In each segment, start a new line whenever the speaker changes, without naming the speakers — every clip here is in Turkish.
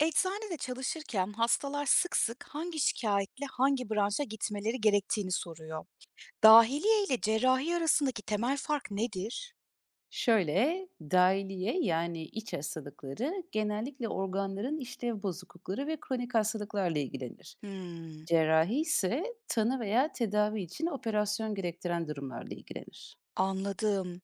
Eczanede çalışırken hastalar sık sık hangi şikayetle hangi branşa gitmeleri gerektiğini soruyor. Dahiliye ile cerrahi arasındaki temel fark nedir?
Şöyle, dahiliye yani iç hastalıkları genellikle organların işlev bozuklukları ve kronik hastalıklarla ilgilenir.
Hmm,
Cerrahi ise tanı veya tedavi için operasyon gerektiren durumlarla ilgilenir.
anladım.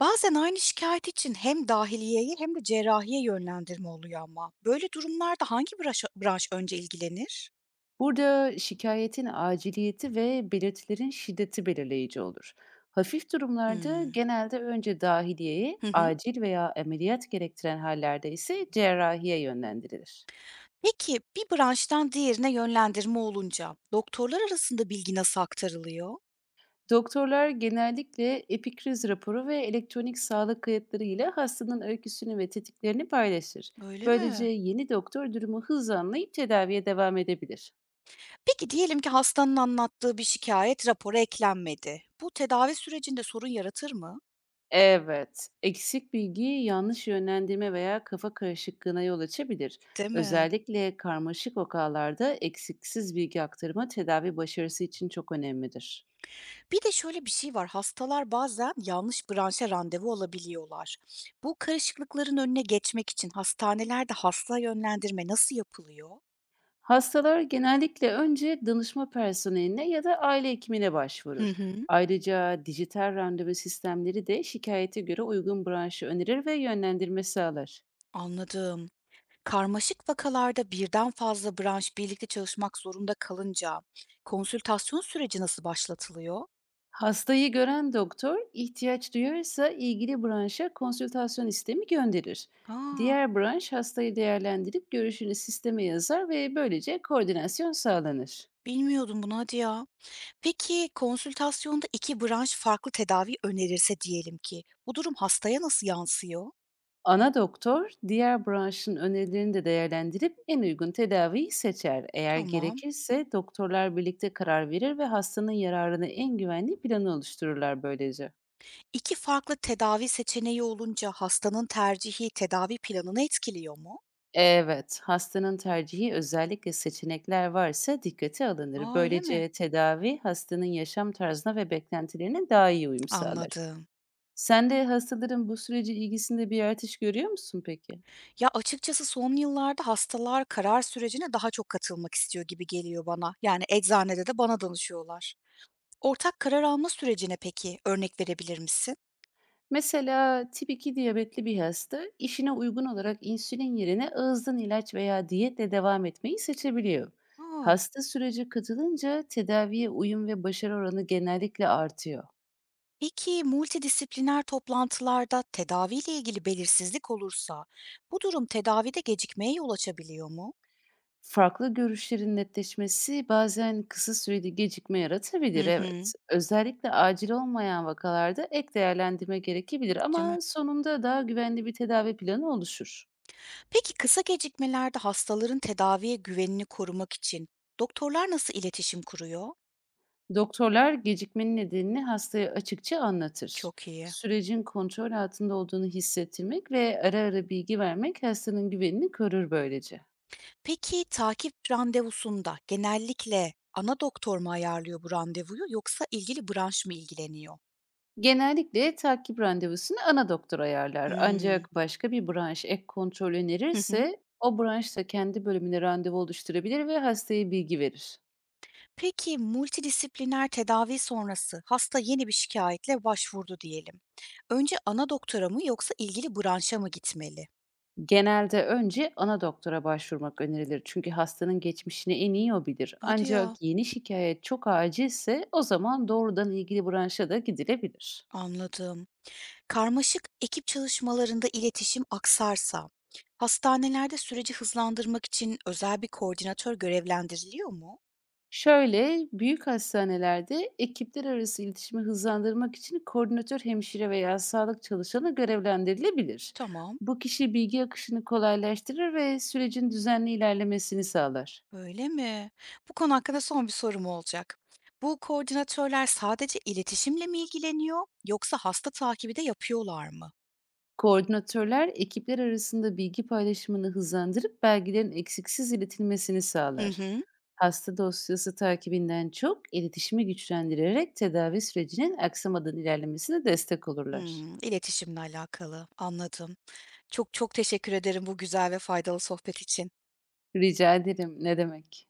Bazen aynı şikayet için hem dahiliyeye hem de cerrahiye yönlendirme oluyor ama. Böyle durumlarda hangi branş önce ilgilenir?
Burada şikayetin aciliyeti ve belirtilerin şiddeti belirleyici olur. Hafif durumlarda
Hmm.
genelde önce dahiliyeye,
Hı hı.
acil veya ameliyat gerektiren hallerde ise cerrahiye yönlendirilir.
Peki bir branştan diğerine yönlendirme olunca doktorlar arasında bilgi nasıl aktarılıyor?
Doktorlar genellikle epikriz raporu ve elektronik sağlık kayıtları ile hastanın öyküsünü ve tetiklerini paylaşır.
Öyle
Böylece
mi?
yeni doktor durumu hızla anlayıp tedaviye devam edebilir.
Peki diyelim ki hastanın anlattığı bir şikayet rapora eklenmedi. Bu tedavi sürecinde sorun yaratır mı?
Evet, eksik bilgi yanlış yönlendirme veya kafa karışıklığına yol açabilir.
Değil mi?
Özellikle karmaşık vakalarda eksiksiz bilgi aktarımı tedavi başarısı için çok önemlidir.
Bir de şöyle bir şey var, hastalar bazen yanlış branşa randevu alabiliyorlar. Bu karışıklıkların önüne geçmek için hastanelerde hasta yönlendirme nasıl yapılıyor?
Hastalar genellikle önce danışma personeline ya da aile hekimine
Hı
başvurur.
hı,
Ayrıca dijital randevu sistemleri de şikayete göre uygun branşı önerir ve yönlendirme sağlar.
anladım. Karmaşık vakalarda birden fazla branş birlikte çalışmak zorunda kalınca konsültasyon süreci nasıl başlatılıyor?
Hastayı gören doktor ihtiyaç duyarsa ilgili branşa konsültasyon istemi gönderir.
Ha,
Diğer branş hastayı değerlendirip görüşünü sisteme yazar ve böylece koordinasyon sağlanır.
bilmiyordum bunu, hadi ya. Peki, konsültasyonda 2 branş farklı tedavi önerirse diyelim ki, bu durum hastaya nasıl yansıyor?
Ana doktor diğer branşın önerilerini de değerlendirip en uygun tedaviyi seçer. Eğer
Tamam.
gerekirse doktorlar birlikte karar verir ve hastanın yararına en güvenli planı oluştururlar böylece.
İki farklı tedavi seçeneği olunca hastanın tercihi tedavi planını etkiliyor mu?
Evet, hastanın tercihi özellikle seçenekler varsa dikkate alınır.
Aa, öyle mi?
Böylece tedavi hastanın yaşam tarzına ve beklentilerine daha iyi uyum sağlar.
Anladım.
Sen de hastaların bu sürece ilgisinde bir artış görüyor musun peki?
Ya, açıkçası son yıllarda hastalar karar sürecine daha çok katılmak istiyor gibi geliyor bana. Yani eczanede de bana danışıyorlar. Ortak karar alma sürecine peki örnek verebilir misin?
Mesela tip 2 diyabetli bir hasta işine uygun olarak insülin yerine ağızdan ilaç veya diyetle devam etmeyi seçebiliyor.
Aa.
Hasta sürece katılınca tedaviye uyum ve başarı oranı genellikle artıyor.
Peki multidisipliner toplantılarda tedaviyle ilgili belirsizlik olursa bu durum tedavide gecikmeye yol açabiliyor mu?
Farklı görüşlerin netleşmesi bazen kısa süreli gecikme
Hı
yaratabilir,
hı,
evet. Özellikle acil olmayan vakalarda ek değerlendirme gerekebilir
değil
ama
mi?
sonunda daha güvenli bir tedavi planı oluşur.
Peki kısa gecikmelerde hastaların tedaviye güvenini korumak için doktorlar nasıl iletişim kuruyor?
Doktorlar gecikmenin nedenini hastaya açıkça anlatır.
Çok iyi.
Sürecin kontrol altında olduğunu hissettirmek ve ara ara bilgi vermek hastanın güvenini korur böylece.
Peki takip randevusunda genellikle ana doktor mu ayarlıyor bu randevuyu yoksa ilgili branş mı ilgileniyor?
Genellikle takip randevusunu ana doktor ayarlar.
Hmm.
Ancak başka bir branş ek kontrol
Hı hı.
önerirse o branş da kendi bölümüne randevu oluşturabilir ve hastaya bilgi verir.
Peki multidisipliner tedavi sonrası hasta yeni bir şikayetle başvurdu diyelim. Önce ana doktora mı yoksa ilgili branşa mı gitmeli?
Genelde önce ana doktora başvurmak önerilir çünkü hastanın geçmişini en iyi o bilir.
Hadi ya.
Ancak yeni şikayet çok acilse o zaman doğrudan ilgili branşa da gidilebilir.
Anladım. Karmaşık ekip çalışmalarında iletişim aksarsa, hastanelerde süreci hızlandırmak için özel bir koordinatör görevlendiriliyor mu?
Şöyle büyük hastanelerde ekipler arası iletişimi hızlandırmak için koordinatör hemşire veya sağlık çalışanı görevlendirilebilir.
Tamam.
Bu kişi bilgi akışını kolaylaştırır ve sürecin düzenli ilerlemesini sağlar.
Öyle mi? Bu konu hakkında son bir sorum olacak. Bu koordinatörler sadece iletişimle mi ilgileniyor yoksa hasta takibi de yapıyorlar mı?
Koordinatörler ekipler arasında bilgi paylaşımını hızlandırıp belgelerin eksiksiz iletilmesini
Hı
sağlar.
hı.
Hasta dosyası takibinden çok iletişimi güçlendirerek tedavi sürecinin aksamadan ilerlemesine destek olurlar.
Hımm, iletişimle alakalı, anladım. Çok çok teşekkür ederim bu güzel ve faydalı sohbet için.
Rica ederim, ne demek?